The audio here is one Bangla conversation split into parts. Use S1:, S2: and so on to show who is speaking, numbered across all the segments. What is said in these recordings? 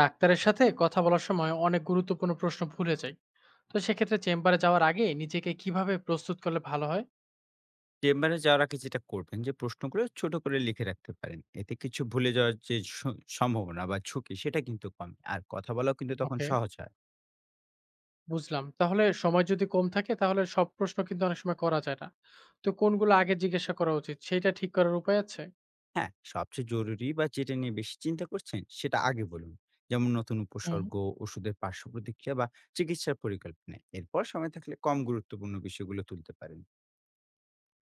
S1: ডাক্তারের সাথে কথা বলার সময় অনেক গুরুত্বপূর্ণ প্রশ্ন ভুলে যাই। তো সেক্ষেত্রে চেম্বারে যাওয়ার আগে নিজেকে কিভাবে প্রস্তুত করলে ভালো হয়?
S2: চেম্বারে যাওয়ার আগে যেটা করবেন যে প্রশ্নগুলো ছোট করে লিখে রাখতে পারেন, এতে কিছু ভুলে যাওয়ার যে সম্ভাবনা বা ঝুঁকি সেটা কিন্তু কম, আর কথা বলাও কিন্তু তখন
S1: ওকে,
S2: সহজ হয়।
S1: বুঝলাম। তাহলে সময় যদি কম থাকে তাহলে সব প্রশ্ন কিন্তু অনেক সময় করা যায় না। তো কোনগুলো আগে জিজ্ঞাসা করা উচিত সেটা ঠিক করার উপায় আছে?
S2: হ্যাঁ, সবচেয়ে জরুরি বা যেটা নিয়ে বেশি চিন্তা করছেন সেটা আগে বলুন। যেমন নতুন
S1: হুম।
S2: উপসর্গ, ওষুধের পার্শ্ব প্রতিক্রিয়া বা চিকিৎসার পরিকল্পনা। এরপর সময় থাকলে কম গুরুত্বপূর্ণ বিষয়গুলো তুলতে পারেন।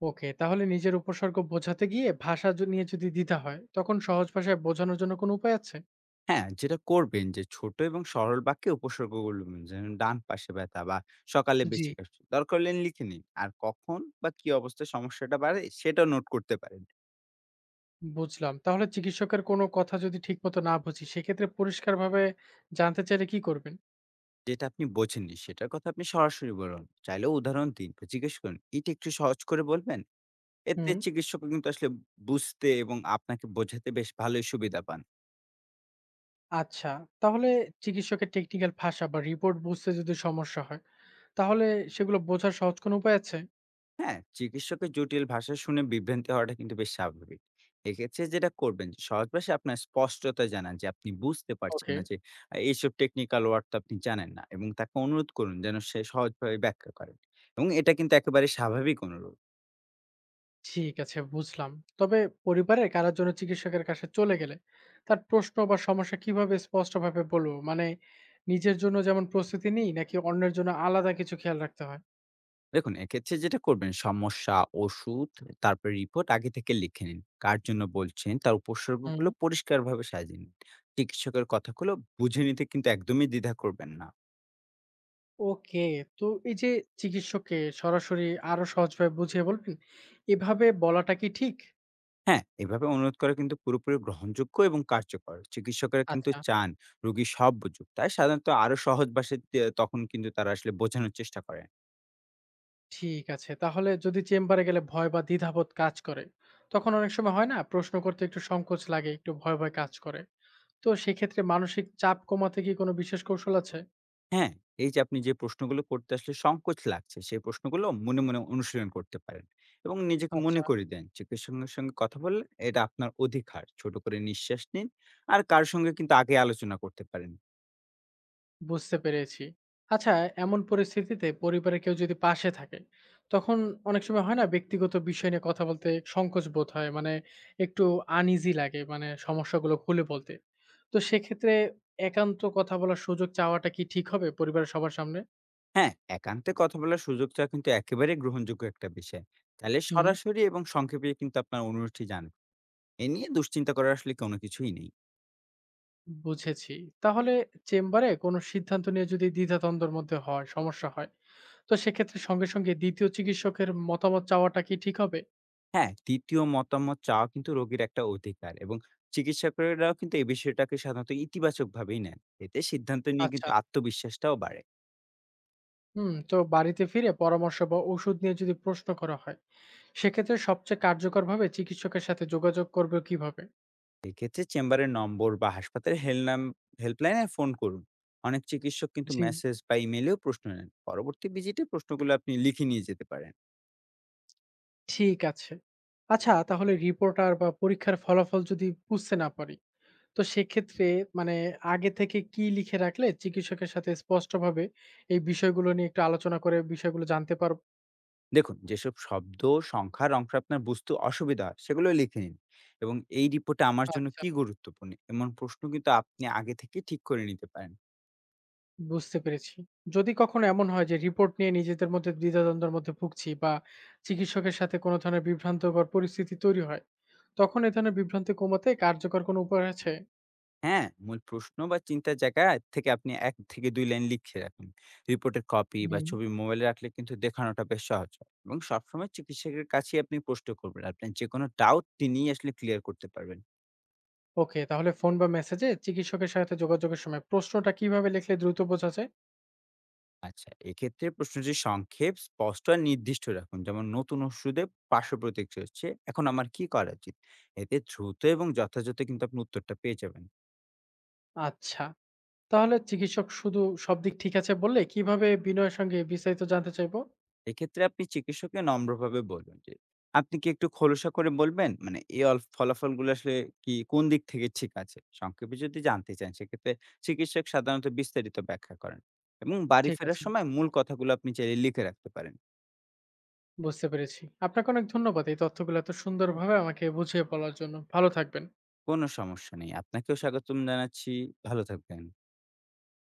S1: ওকে, তাহলে নিজের উপসর্গ বোঝাতে গিয়ে নিয়ে যদি দ্বিধা হয় তখন সহজ ভাষায় বোঝানোর জন্য কোনো উপায় আছে?
S2: হ্যাঁ, যেটা করবেন যে ছোট এবং সরল বাক্যে উপসর্গগুলো বলুন, যেমন ডান পাশে ব্যথা বা সকালে
S1: জি,
S2: বেশি কাশি। দরকার হলে লিখে নিন। আর কখন বা কি অবস্থায় সমস্যাটা বাড়ে সেটাও নোট করতে পারেন।
S1: বুঝলাম। তাহলে চিকিৎসকের কোনো কথা যদি ঠিক মতো না বুঝি সেক্ষেত্রে পরিষ্কারভাবে জানতে চাইলে কি করবেন?
S2: যেটা আপনি বোঝেননি সেটার কথা আপনি সরাসরি বলুন। চাইলেও উদাহরণ দিন বা জিজ্ঞেস করুন, "এটা একটু সহজ করে বলবেন?" এতে
S1: হুম।
S2: চিকিৎসকও কিন্তু আসলে বুঝতে এবং আপনাকে বোঝাতে বেশ ভালোই সুবিধা পান।
S1: আচ্ছা, তাহলে চিকিৎসকের টেকনিক্যাল ভাষা বা রিপোর্ট বুঝতে যদি সমস্যা হয়, তাহলে সেগুলো বোঝার সহজ কোনো উপায় আছে?
S2: হ্যাঁ, চিকিৎসকের জটিল ভাষা শুনে বিভ্রান্তি হওয়াটা কিন্তু বেশ স্বাভাবিক। এক্ষেত্রে যেটা করবেন যে সহজ ভাষায় আপনার স্পষ্টতা জানান যে আপনি বুঝতে পারছেন
S1: ওকে,
S2: না যে এইসব টেকনিক্যাল ওয়ার্ড তো আপনি জানেন না, এবং তাকে অনুরোধ করুন যেন সে সহজভাবে ব্যাখ্যা করেন। এবং এটা কিন্তু একেবারে স্বাভাবিক অনুরোধ।
S1: ঠিক আছে, বুঝলাম। তবে পরিবারের কারোর জন্য চিকিৎসকের কাছে চলে গেলে তার প্রশ্ন বা সমস্যা কিভাবে স্পষ্টভাবে বলবো? মানে নিজের জন্য যেমন প্রস্তুতি নিই নাকি অন্যের জন্য আলাদা কিছু খেয়াল রাখতে হয়?
S2: দেখুন এক্ষেত্রে যেটা করবেন, সমস্যা, ওষুধ, তারপর রিপোর্ট আগে থেকে লিখে নিন। কার জন্য বলছেন তার
S1: হুম।
S2: উপসর্গগুলো পরিষ্কারভাবে সাজিয়ে নিন। চিকিৎসকের কথাগুলো বুঝে নিতে কিন্তু একদমই দ্বিধা করবেন না।
S1: ওকে, তো এই যে চিকিৎসককে সরাসরি আরো সহজভাবে বুঝিয়ে বলবেন, এভাবে বলাটা কি ঠিক?
S2: হ্যাঁ, এভাবে অনুরোধ করা কিন্তু পুরোপুরি গ্রহণযোগ্য এবং কার্যকর। চিকিৎসকেরা কিন্তু
S1: আচ্ছা,
S2: চান রোগী সব বুঝুক। তাই সাধারণত আরো সহজ ভাষায় তে তখন কিন্তু তারা আসলে বোঝানোর চেষ্টা করেন।
S1: ঠিক আছে। তাহলে যদি চেম্বারে গেলে ভয় বা দ্বিধাবোধ কাজ করে তখন অনেক সময় হয় না, প্রশ্ন করতে একটু সংকোচ লাগে, একটু ভয় ভয় কাজ করে। তো সেক্ষেত্রে মানসিক চাপ কমাতে কি কোনো বিশেষ কৌশল আছে?
S2: হ্যাঁ, এই যে আপনি যে প্রশ্নগুলো করতে আসলে সংকোচ লাগছে, সেই প্রশ্নগুলো মনে মনে অনুশীলন করতে পারেন এবং নিজেকে মনে
S1: আচ্ছা,
S2: করিয়ে দেন, চিকিৎসকের সঙ্গে কথা বললে এটা আপনার অধিকার। ছোট করে নিঃশ্বাস নিন। আর কার সঙ্গে কিন্তু আগে আলোচনা করতে পারেন।
S1: বুঝতে পেরেছি। আচ্ছা, এমন পরিস্থিতিতে পরিবারের কেউ যদি পাশে থাকে তখন অনেক সময় হয় না ব্যক্তিগত বিষয় নিয়ে কথা বলতে সংকোচ বোধ হয়, মানে একটু আনইজি লাগে, মানে সমস্যাগুলো খুলে বলতে। তো সেক্ষেত্রে একান্ত কথা বলার সুযোগ চাওয়াটা কি ঠিক হবে পরিবারের সবার সামনে?
S2: হ্যাঁ, একান্তে কথা বলার সুযোগ চাওয়া কিন্তু একেবারেই গ্রহণযোগ্য একটা বিষয়। তাহলে
S1: হুম,
S2: সরাসরি এবং সংক্ষেপে কিন্তু আপনার অনুরোধটি জানান। এ নিয়ে দুশ্চিন্তা করার আসলে কোনো কিছুই নেই।
S1: বুঝেছি। তাহলে চেম্বারে কোনো সিদ্ধান্ত নিয়ে যদি দ্বিধাদ্বন্দ্বের মধ্যে হয়, সমস্যা হয়, তো সেক্ষেত্রে সঙ্গে সঙ্গে ২য় চিকিৎসকের মতামত চাওয়াটা কি ঠিক হবে?
S2: হ্যাঁ, ৩য় মতামত চাওয়া কিন্তু রোগীর একটা অধিকার, এবং চিকিৎসকরাও কিন্তু এই বিষয়টাকে সাধারণত ইতিবাচকভাবেই নেন। এতে সিদ্ধান্ত নিয়ে
S1: আচ্ছা।
S2: কিন্তু আত্মবিশ্বাসটাও বাড়ে।
S1: হুম, তো বাড়িতে ফিরে পরামর্শ বা ওষুধ নিয়ে যদি প্রশ্ন করা হয়, সেক্ষেত্রে সবচেয়ে কার্যকরভাবে চিকিৎসকের সাথে যোগাযোগ করবে কিভাবে?
S2: এক্ষেত্রে চেম্বারের নম্বর বা হাসপাতালের হেল্পলাইনে ফোন করুন। অনেক চিকিৎসক কিন্তু
S1: জি,
S2: মেসেজ বা ইমেইলেও প্রশ্ন নেন। পরবর্তী ভিজিটে প্রশ্নগুলো আপনি লিখে নিয়ে যেতে পারেন।
S1: ঠিক আছে। আচ্ছা, তাহলে রিপোর্ট আর বা পরীক্ষার ফলাফল যদি বুঝতে না পারি, তো সেক্ষেত্রে মানে আগে থেকে কি লিখে রাখলে চিকিৎসকের সাথে স্পষ্টভাবে এই বিষয়গুলো নিয়ে একটু আলোচনা করে বিষয়গুলো জানতে পারব?
S2: দেখুন যেসব শব্দ, সংখ্যার অংশ আপনার বুঝতে অসুবিধা হয় সেগুলো লিখে নিন, এবং এই রিপোর্টে আমার জন্য
S1: আচ্ছা,
S2: কি গুরুত্বপূর্ণ এমন প্রশ্ন কিন্তু আপনি আগে থেকে ঠিক করে নিতে পারেন।
S1: বুঝতে পেরেছি। যদি কখনো এমন হয় যে রিপোর্ট নিয়ে নিজেদের মধ্যে দ্বিধাদ্বন্দ্বের মধ্যে ভুগছি বা চিকিৎসকের সাথে কোনো ধরনের বিভ্রান্তকর পরিস্থিতি তৈরি হয়, তখন এ ধরনের বিভ্রান্তি কমাতে কার্যকর কোনো উপায় আছে?
S2: হ্যাঁ, মূল প্রশ্ন বা চিন্তার জায়গা থেকে আপনি ১ থেকে ২ লাইন লিখে রাখুন। রিপোর্টের কপি বা
S1: হুম,
S2: ছবি মোবাইলে রাখলে কিন্তু দেখানোটা বেশ সহজ হয়, এবং সবসময় চিকিৎসকের কাছেই আপনি প্রশ্ন করবেন। আপনার যে কোনো ডাউট তিনি আসলে ক্লিয়ার করতে পারবেন।
S1: ওকে। তাহলে ফোন বা মেসেজে চিকিৎসকের সাথে যোগাযোগের সময় প্রশ্নটা কিভাবে লিখলে দ্রুত বোঝা যায়?
S2: আচ্ছা, এক্ষেত্রে প্রশ্নটি সংক্ষেপ, স্পষ্ট আর নির্দিষ্ট রাখুন। যেমন, নতুন ওষুধে পার্শ্ব প্রতিক্রিয়া হচ্ছে, এখন আমার কি করা উচিত? এতে দ্রুত এবং যথাযথ কিন্তু আপনি উত্তরটা পেয়ে যাবেন।
S1: আচ্ছা। তাহলে চিকিৎসক শুধু সব দিক ঠিক আছে বললে কিভাবে বিনয়ের সঙ্গে বিস্তারিত জানতে চাইবো?
S2: এক্ষেত্রে আপনি চিকিৎসককে নম্রভাবে বলবেন যে, আপনি কি একটু খোলসা করে বলবেন? মানে এই অল ফলাফলগুলো আসলে কি কোন দিক থেকে ঠিক আছে? সংক্ষেপে যদি জানতে চান সেক্ষেত্রে চিকিৎসক সাধারণত বিস্তারিত ব্যাখ্যা করেন, এবং বাড়ি
S1: ঠিক
S2: ফেরার
S1: আছে,
S2: সময় মূল কথাগুলো আপনি চাইলে লিখে রাখতে পারেন।
S1: বুঝতে পেরেছি। আপনাকে অনেক ধন্যবাদ এই তথ্যগুলো এত সুন্দরভাবে আমাকে বুঝিয়ে বলার জন্য। ভালো থাকবেন।
S2: কোনো সমস্যা নেই। আপনাকেও স্বাগতম জানাচ্ছি। ভালো থাকবেন।